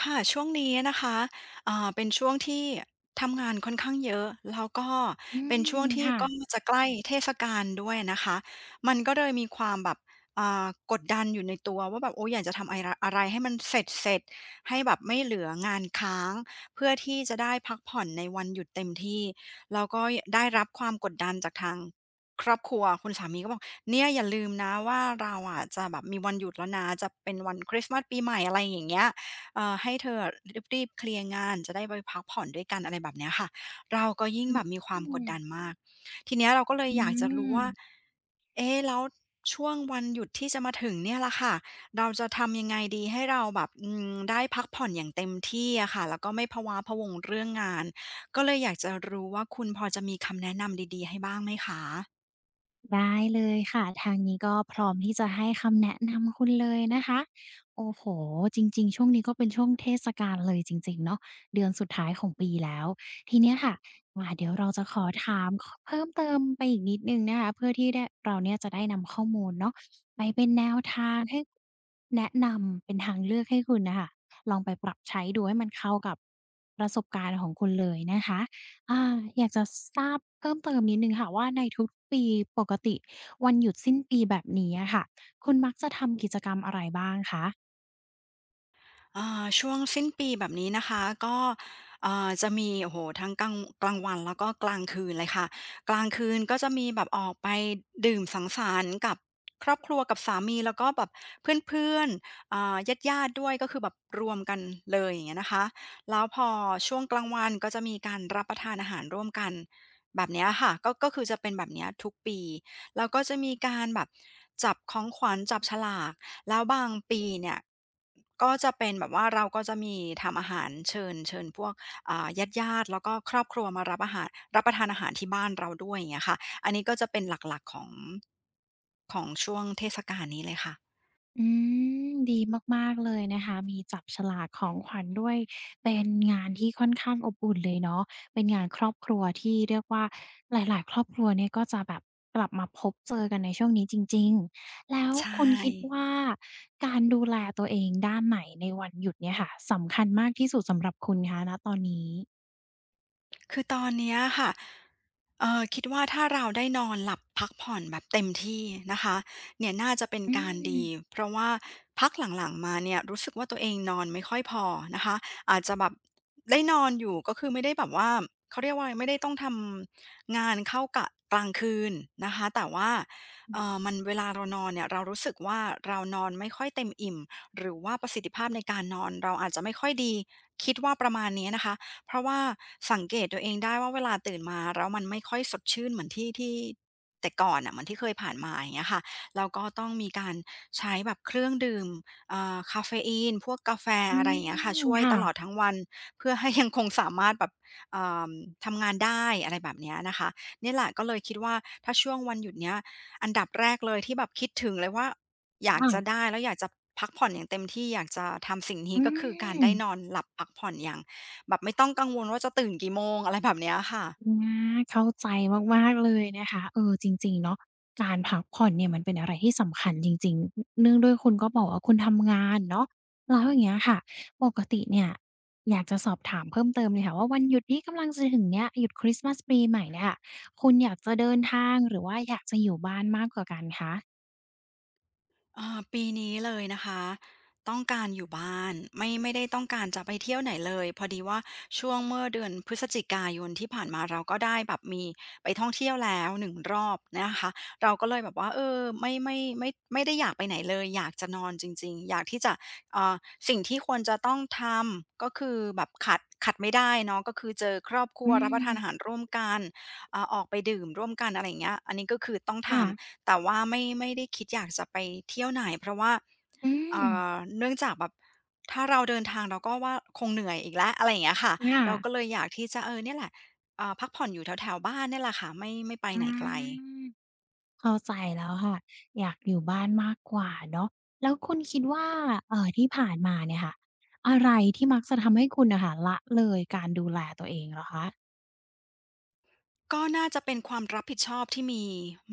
ค่ะช่วงนี้นะคะเป็นช่วงที่ทำงานค่อนข้างเยอะแล้วก็อืเป็นมช่วงที่ค่ะก็จะใกล้เทศกาลด้วยนะคะมันก็เลยมีความแบบอ่ากดดันอยู่ในตัวว่าแบบโอ้อยากจะทำไอระอะไรให้มันเสร็จๆให้แบบไม่เหลืองานค้างเพื่อที่จะได้พักผ่อนในวันหยุดเต็มที่แล้วก็ยได้รับความกดดันจากทางครอบครัวคุณสามีก็บอกเนี่ยอย่าลืมนะว่าเราอะจะแบบมีวันหยุดแล้วนะจะเป็นวันคริสต์มาสปีใหม่อะไรอย่างเงี้ย ให้เธอรีบๆเคลียร์งานจะได้ไปพักผ่อนด้วยกันอะไรแบบเนี้ยค่ะเราก็ยิ่งอืมแบบมีคอืวามกมดดันมากทีเนี้ยเราก็เลยอยากจะรู้ว่าเอ๊ะแล้วช่วงวันหยุดที่จะมาถึงเนี่ยละค่ะเราจะทำยังไงดีให้เราแบบได้พักผ่อนอย่างเต็มที่อะค่ะแล้วก็ไม่พะว้าพะวงเรื่องงานก็เลยอยากจะรู้ว่าคุณพอจะมีคำแนะนำดีๆให้บ้างไหมคะ ได้เลยค่ะทางนี้ก็พร้อมที่จะให้คำแนะนำคุณเลยนะคะโอ้โฮจริงๆช่วงนี้ก็เป็นช่วงเทศกาลเลยจริงๆเนาะเดือนสุดท้ายของปีแล้วทีเนี้ยค่ะเดี๋ยวเราจะขอถามขเพิ่มเติมไปอีกนิดหนึ่งนะคะเพื่อที่ได้เราเนี่ยจะได้นำข้อมูลเนาะไปเป็นแนวทางให้แนะนำเป็นทางเลือกให้คุณน่ะค่ะลองไปปรับใช้ดูให้มันเข้ากับประสบการณ์ของคุณเลยนะคะ อาอยากจะทราบเพิ่มเติมนิดหนึ่งค่ะว่าในทุกปีปกติวันหยุดสิ้นปีแบบนี้อะค่ะคุณมักจะทำกิจกรรมอะไรบ้างคะอ่าช่วงสิ้นปีแบบนี้นะคะก็จะมีโอ้โหทั้งกลางวันแล้วก็กลางคืนเลยค่ะกลางคืนก็จะมีแบบออกไปดื่มสังสรรค์กับครอบครัวกับสามีแล้วก็แบบเพื่อนๆญาติญาติด้วยก็คือแบบรวมกันเลยอย่างเงี้ยนะคะแล้วพอช่วงกลางวันก็จะมีการรับประทานอาหารร่วมกันแบบเนี้ยค่ะก็คือจะเป็นแบบเนี้ยทุกปี แล้วก็จะมีการแบบจับของขวัญจับฉลากแล้วบางปีเนี่ยก็จะเป็นแบบว่าเราก็จะมีทำอาหารเชิญพวกอ่าญาติๆแล้วก็ครอบครัวมารับอาหารรับประทานอาหารที่บ้านเราด้วยอย่างเงี้ยค่ะอันนี้ก็จะเป็นหลักๆของช่วงเทศกาลนี้เลยค่ะอืมดีมากๆเลยนะคะมีจับฉลากของขวัญด้วยเป็นงานที่ค่อนข้างอบอุ่นเลยเนาะเป็นงานครอบครัวที่เรียกว่าหลายๆครอบครัวเนี่ยก็จะแบบกลับมาพบเจอกันในช่วงนี้จริงๆแล้วใช่ คุณคิดว่าการดูแลตัวเองด้านไหนในวันหยุดเนี่ยค่ะสำคัญมากที่สุดสำหรับคุณคะณตอนนี้ คือตอนเนี้ยค่ะคิดว่าถ้าเราได้นอนหลับพักผ่อนแบบเต็มที่นะคะเนี่ยน่าจะเป็นอืการดีมเพราะว่าพักหลังๆมาเนี่ยรู้สึกว่าตัวเองนอนไม่ค่อยพอนะคะอาจจะแบบได้นอนอยู่ก็คือไม่ได้แบบว่าเขาเรียกว่าอะไรไม่ได้ต้องทำงานเข้ากะกลางคืนนะคะแต่ว่ามันเวลาเรานอนเนี่ยเรารู้สึกว่าเรานอนไม่ค่อยเต็มอิ่มหรือว่าประสิทธิภาพในการนอนเราอาจจะไม่ค่อยดีคิดว่าประมาณเนี้ยนะคะ เพราะว่าสังเกตตัวเองได้ว่าเวลาตื่นมาแล้วมันไม่ค่อยสดชื่นเหมือนที่แต่ก่อนอ่ะเหมือนที่เคยผ่านมาอย่างเงี้ยค่ะแล้วก็ต้องมีการใช้แบบเครื่องดื่มเอ่าาเฟอีนพวกกาแฟอือะไรอย่างเงี้ยค่ะมช่วยค่ะตลอดทั้งวันเพื่อให้ยังคงสามารถแบบเอ่อทำงานได้อะไรแบบเนี้ยนะคะนี่แหละก็เลยคิดว่าถ้าช่วงวันหยุดเนี้ยอันดับแรกเลยที่แบบคิดถึงเลยว่าอยากจะค่ะได้แล้วอยากจะพักผ่อนอย่างเต็มที่อยากจะทำสิ่งนี้อืก็คือการมได้นอนหลับพักผ่อนอย่าง แบบไม่ต้องกังวลว่าจะตื่นกี่โมงอะไรแบบเนี้ยค่ะ อาเข้าใจมากๆเลยนะคะเออจริงๆเนาะการพักผ่อนเนี่ยมันเป็นอะไรที่สำคัญจริงๆเนื่องด้วยคุณก็บอกว่าคุณทำงานเนาะแล้วอย่างเงี้ยค่ะปกติเนี่ยอยากจะสอบถามเพิ่มเติมเลยค่ะว่าวันหยุดที่กำลังจะถึงเนี้ยหยุดคริสต์มาสปีใหม่เนี่ยค่ะคุณอยากจะเดินทางหรือว่าอยากจะอยู่บ้านมากกว่ากันคะปีนี้เลยนะคะต้องการอยู่บ้านไม่ได้ต้องการจะไปเที่ยวไหนเลยพอดีว่าช่วงเมื่อเดือนพฤศจิกายนที่ผ่านมาเราก็ได้แบบมีไปท่องเที่ยวแล้วหนึ่งรอบนะคะเราก็เลยแบบว่าเออไม่ได้อยากไปไหนเลยอยากจะนอนจริงๆอยากที่จะเอ่อสิ่งที่ควรจะต้องทำก็คือแบบขัดไม่ได้เนาะก็คือเจอครอบครัวอืรับประมทานอาหารร่วมกันออกไปดื่มร่วมกันอะไรอย่างเงี้ยอันนี้ก็คือต้องทค่ะำ แต่ว่าไม่ได้คิดอยากจะไปเที่ยวไหนเพราะว่าอืเอ่มเนื่องจากแบบถ้าเราเดินทางเราก็ว่าคงเหนื่อยอีกแล้วอะไรอย่างเงี้ยค่ะค่ะเราก็เลยอยากที่จะเออเนี่ยแหละพักผ่อนอยู่แถวๆบ้านเนี่ยแหละค่ะไม่ไม่ไปอา ไหนไกล เข้าใจแล้วค่ะอยากอยู่บ้านมากกว่าเนาะแล้วคุณคิดว่าที่ผ่านมาเนี่ยค่ะอะไรที่มักจะทำให้คุณน่ะค่ะละเลยการดูแลตัวเองเหรอคะก็น่าจะเป็นความรับผิดชอบที่มี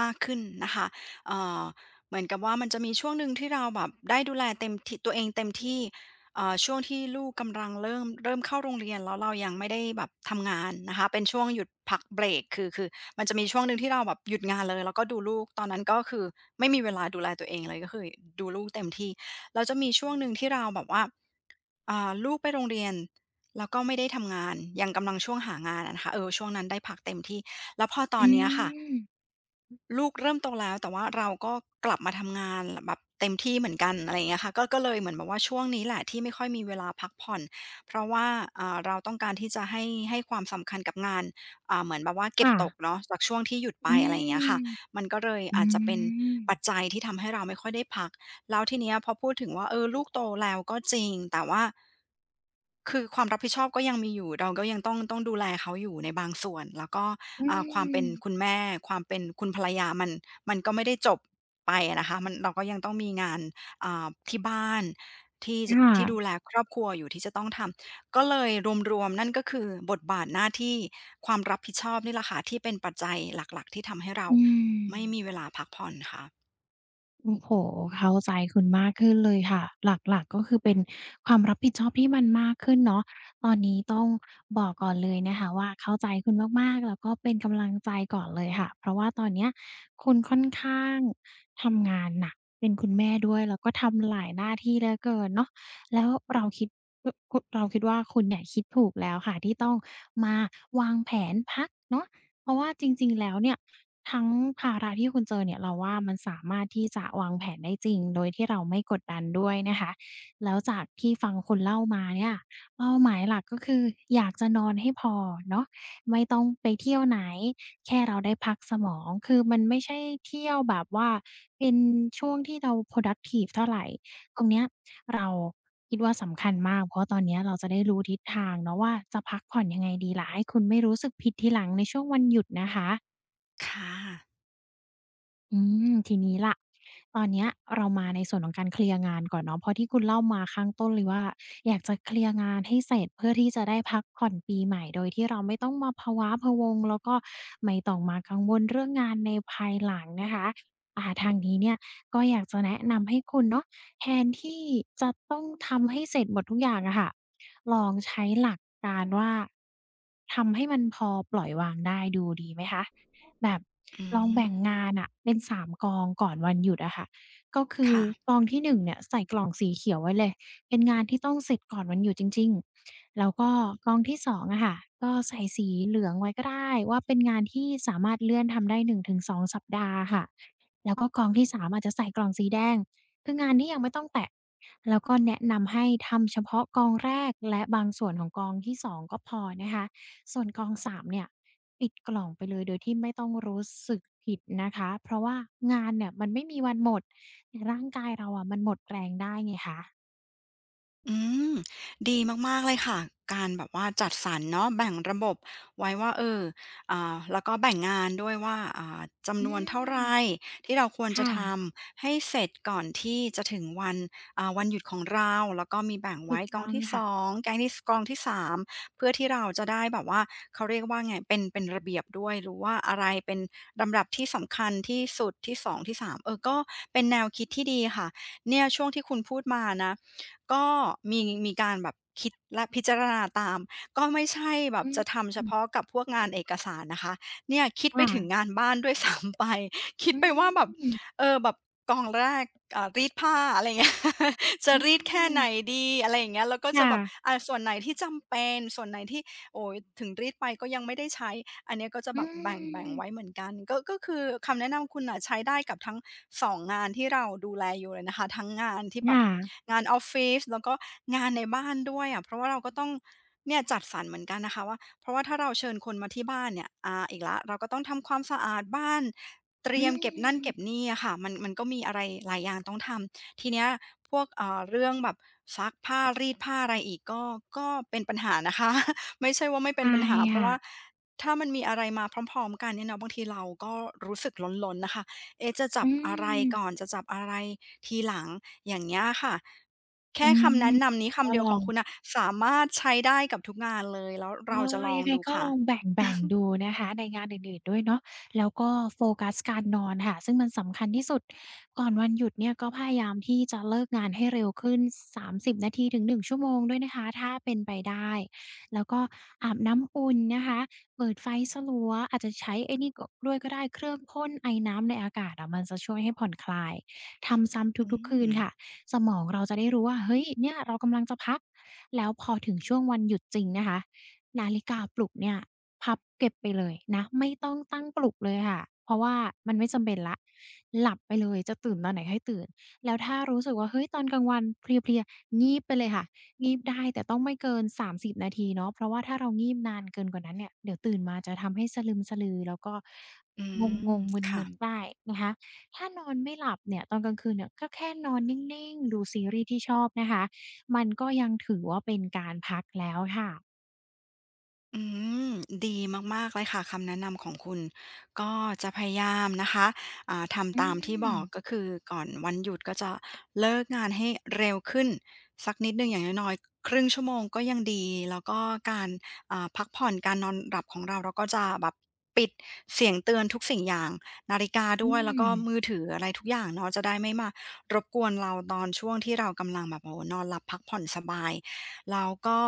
มากขึ้นนะคะเอ่อเหมือนกับว่ามันจะมีช่วงหนึ่งที่เราแบบได้ดูแลเต็มที่ตัวเองเต็มที่ช่วงที่ลูกกำลังเริ่มเข้าโรงเรียนแล้วเรายังไม่ได้แบบทำงานนะคะเป็นช่วงหยุดพักเบรกคือมันจะมีช่วงหนึ่งที่เราแบบหยุดงานเลยแล้วก็ดูลูกตอนนั้นก็คือไม่มีเวลาดูแลตัวเองเลยก็คือดูลูกเต็มที่แล้วจะมีช่วงหนึ่งที่เราแบบว่าลูกไปโรงเรียน แล้วก็ไม่ได้ทำงานยังกำลังช่วงหางานอะนะคะเออช่วงนั้นได้พักเต็มที่แล้วพอตออืนเนี้ยค่ะมลูกเริ่มโตแล้วแต่ว่าเราก็กลับมาทำงานแบบเต็มที่เหมือนกันอะไรอย่างเงี้ยค่ะก็เลยเหมือนแบบว่าช่วงนี้แหละที่ไม่ค่อยมีเวลาพักผ่อนเพราะว่าเราต้องการที่จะให้ความสำคัญกับงานเหมือนแบบว่าเก็บค่ะตกเนาะจากช่วงที่หยุดไปอือะไรอย่างเงี้ยมค่ะมันก็เลยอือาจจะเป็นมปัจจัยที่ทำให้เราไม่ค่อยได้พัก แล้วทีเนี้ยพอพูดถึงว่าเออลูกโตแล้วก็จริงแต่ว่าคือความรับผิดชอบก็ยังมีอยู่เราก็ยังต้องดูแลเขาอยู่ในบางส่วนแล้วก็อืความมเป็นคุณแม่ความเป็นคุณภรรยามันก็ไม่ได้จบไปอะนะคะมันเราก็ยังต้องมีงานที่บ้านที่คจที่ดูแล่ะครอบครัวอยู่ที่จะต้องทำก็เลยรวมๆนั่นก็คือบทบาทหน้าที่ความรับผิดชอบนี่แหละค่ะที่เป็นปัจจัยหลักๆที่ทำให้เราอืม ไม่มีเวลาพักผ่อนค่ะโอ้โฮเข้าใจคุณมากขึ้นเลยค่ะหลักๆก็คือเป็นความรับผิดชอบที่มันมากขึ้นเนาะตอนนี้ต้องบอกก่อนเลยนะคะว่าเข้าใจคุณมากๆแล้วก็เป็นกำลังใจก่อนเลยค่ะเพราะว่าตอนเนี้ยคุณค่อนข้างทำงานหนักเป็นคุณแม่ด้วยแล้วก็ทำหลายหน้าที่เหลือเกินเนาะแล้วเราคิดอคุเราคิดว่าคุณเนี่ยคิดถูกแล้วค่ะที่ต้องมาวางแผนพักเนาะ เพราะว่าจริงๆ แล้วเนี่ยทั้งภาระที่คุณเจอเนี่ยเราว่ามันสามารถที่จะวางแผนได้จริงโดยที่เราไม่กดดันด้วยนะคะแล้วจากที่ฟังคุณเล่ามาเนี่ยเป้าหมายหลักก็คืออยากจะนอนให้พอเนาะไม่ต้องไปเที่ยวไหนแค่เราได้พักสมองคือมันไม่ใช่เที่ยวแบบว่าเป็นช่วงที่เรา productive เท่าไร ตรงเนี้ยเราคิดว่าสำคัญมากเพราะตอนเนี้ยเราจะได้รู้ทิศทางเนาะว่าจะพักผ่อนยังไงดีล่ะให้คุณไม่รู้สึกผิดทีหลังในช่วงวันหยุดนะคะ ค่ะอืมทีนี้ล่ะตอนเนี้ยเรามาในส่วนของการเคลียร์งานก่อนเนาะเพราะที่คุณเล่ามาข้างต้นเลยว่าอยากจะเคลียร์งานให้เสร็จเพื่อที่จะได้พักผ่อนปีใหม่โดยที่เราไม่ต้องมาพะว้าพะวังแล้วก็ไม่ต้องมากังวลเรื่องงานในภายหลังนะคะทางนี้เนี่ยก็อยากจะแนะนำให้คุณเนาะแทนที่จะต้องทำให้เสร็จหมดทุกอย่างอะค่ะลองใช้หลักการว่าทำให้มันพอปล่อยวางได้ดูดีไหมคะ แบบอืลองแบ่ม งงานอะเป็น3กองก่อนวันหยุดอะค่ะก็คือค่ะกองที่1เนี่ยใส่กล่องสีเขียวไว้เลยเป็นงานที่ต้องเสร็จก่อนวันหยุดจริงๆแล้วก็กองที่2องอะค่ะก็ใส่สีเหลืองไว้ก็ได้ว่าเป็นงานที่สามารถเลื่อนทำได้1-2สองสัปดาห์ค่ะแล้วก็กองที่3อาจจะใส่กล่องสีแดงคืองานที่ยังไม่ต้องแตะแล้วก็แนะนำให้ทำเฉพาะกองแรกและบางส่วนของกองที่สองก็พอนะคะ ส่วนกองสามเนี่ยปิดกล่องไปเลยโดยที่ไม่ต้องรู้สึกผิดนะคะเพราะว่างานเนี่ยมันไม่มีวันหมดแต่ร่างกายเราอะมันหมดแรงได้ไงคะอืมดีมากๆเลยค่ะการแบบว่าจัดสรรเนาะแบ่งระบบไว้ว่าเออแล้วก็แบ่งงานด้วยว่าอืจำนวนเท่ามไรที่เราควรจะค่ะทำให้เสร็จก่อนที่จะถึงวันวันหยุดของเราแล้วก็มีแบ่งถูไว้กกอต้งองที่ค่ะ2แก๊งที่สกองที่สามเพื่อที่เราจะได้แบบว่าเขาเรียกว่าไงเป็นระเบียบด้วยรู้ว่าอะไรเป็นลำดับที่สำคัญที่สุดที่สองที่สามเออก็เป็นแนวคิดที่ดีค่ะเนี่ยช่วงที่คุณพูดมานะ ก็มีมีการแบบคิดและพิจารณาตามก็ไม่ใช่แบอืบจะทำเฉมพาะกับพวกงานเอกสารนะคะเนี่ยคิดไปถึงค่ะงานบ้านด้วยซ้ำไป คิดอืไปว่าแบบมเออแบบกองแรกรีดผ้าอะไรอย่างเงี้ย จะอืรีดแค่ไหนมดีอะไรอย่างเงี้ยแล้วก็จะแบบค่ะส่วนไหนที่จำเป็นส่วนไหนที่ โอ้ยถึงรีดไปก็ยังไม่ได้ใช้ อันเนี้ยก็จะอืแบบแบ่งไว้เหมมือนกันก็คือคำแนะนำคุณน่ะใช้ได้กับทั้งสองงานที่เราดูแลอยู่เลยนะคะทั้งงานที่แบบค่ะงานออฟฟิศแล้วก็งานในบ้านด้วยอะเพราะว่าเราก็ต้องเนี่ยจัดสรรเหมือนกันนะคะว่าเพราะว่าถ้าเราเชิญคนมาที่บ้านเนี่ยอีกแล้วเราก็ต้องทำความสะอาดบ้านเตอืรียมเก็บนั่นเก็บมนี่อะค่ะมันก็มีอะไรหลายอย่างต้องทำทีเนี้ยพวกเรื่องแบบซักผ้ารีดผ้าอะไรอีกก็เป็นปัญหานะคะ ไม่ใช่ว่าไม่เป็นใช่ปัญหาเพราะว่าค่ะถ้ามันมีอะไรมาพร้อมๆกันเนี่ยเนาะบางทีเราก็รู้สึกลนๆน่ะค่ะเอ๊ะจะจัอืบอะไรก่อมนจะจับอะไรทีหลังอย่างเงี้ยค่ะอืแค่มคำแนะนำนี้ก็คำเดีลยวอของง คุณน่ะสามารถใช้ได้กับทุกงานเลยแล้วเอเราจะลออยังงไงดูก็ลค่ะ องแ บ่งๆดูนะคะในงานอื่นๆด้วยเนาะแล้วก็โฟกัสการนอนค่ะซึ่งมันสำคัญที่สุดก่อนวันหยุดเนี่ยก็พยายามที่จะเลิกงานให้เร็วขึ้น30นาทีถึง1ชั่วโมงด้วยนะคะถ้าเป็นไปได้แล้วก็อาบน้ำอุ่นนะคะเปิดไฟสลัวอาจจะใช้ไอ้นี่ก็ด้วยก็ได้เครื่องพ่นไอน้ำในอากาศอะมันจะช่วยให้ผ่อนคลายทำซ้ำอืทุกๆคืมนค่ะสมองเราจะได้รู้ว่าเฮ้ยเนี่ยเรากำลังจะพักแล้วพอถึงช่วงวันหยุดจริงนะคะ นาฬิกาปลุกเนี่ยพับเก็บไปเลยนะไม่ต้องตั้งปลุกเลยค่ะเพราะว่ามันไม่จำเป็นแล้วหลับไปเลยจะตื่นตอนไหนให้ตื่นแล้วถ้ารู้สึกว่าเฮ้ยตอนกลางวันเพลียๆงีบไปเลยค่ะงีบได้แต่ต้องไม่เกิน30นาทีเนาะเพราะว่าถ้าเรางีบนานเกินกว่านั้นเนี่ยเดี๋ยวตื่นมาจะทำให้สะลึมสะลือแล้วก็อืมงงๆมึค่ะ นๆได้นะคะถ้านอนไม่หลับเนี่ยตอนกลางคืนเนี่ยก็แค่นอนนิ่งๆดูซีรีส์ที่ชอบนะคะมันก็ยังถือว่าเป็นการพักแล้วค่ะ อืมดีมากๆเลยค่ะคำแนะนำของคุณก็จะพยายามนะคะทำอืตามที่บมอกก็คือก่อนวันหยุดก็จะเลิกงานให้เร็วขึ้นสักนิดหนึ่งอย่างน้อยๆครึ่งชั่วโมงก็ยังดีแล้วก็การพักผ่อนการนอนหลับของเราเราก็จะแบบปิดเสียงเตือนทุกสิ่งอย่างนาฬิกาอืด้วยแล้วมก็มือถืออะไรทุกอย่างเนาะจะได้ไม่มารบกวนเราตอนช่วงที่เรากำลังแบบโอ้โฮนอนหลับพักผ่อนสบายแล้วก็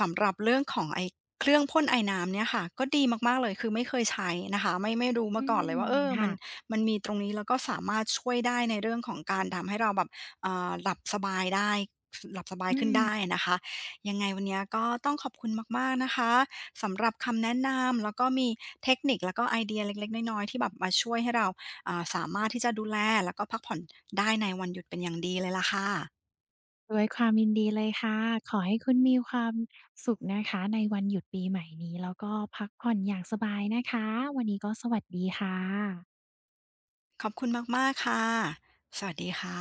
สำหรับเรื่องของไอ้ เครื่องพ่นไอน้ำเนี่ยค่ะก็ดีมากๆเลยคือไม่เคยใช้นะคะไม่ไม่รู้อืมาก่อนเลมยว่าเออมัค่ะนมันมีตรงนี้แล้วก็สามารถช่วยได้ในเรื่องของการทำให้เราแบบหลับสบายได้หลับสบายอืขึ้นมได้อะนะคะยังไงวันเนี้ยก็ต้องขอบคุณมากๆนะคะสำหรับคำแนะนำแล้วก็มีเทคนิคแล้วก็ไอเดียเล็กๆน้อยๆที่แบบมาช่วยให้เราสามารถที่จะดูแลแล้วก็พักผ่อนได้ในวันหยุดเป็นอย่างดีเลยล่ะค่ะด้วยความยินดีเลยค่ะ ขอให้คุณมีความสุขนะคะในวันหยุดปีใหม่นี้แล้วก็พักผ่อนอย่างสบายนะคะ วันนี้ก็สวัสดีค่ะขอบคุณมากๆค่ะสวัสดีค่ะ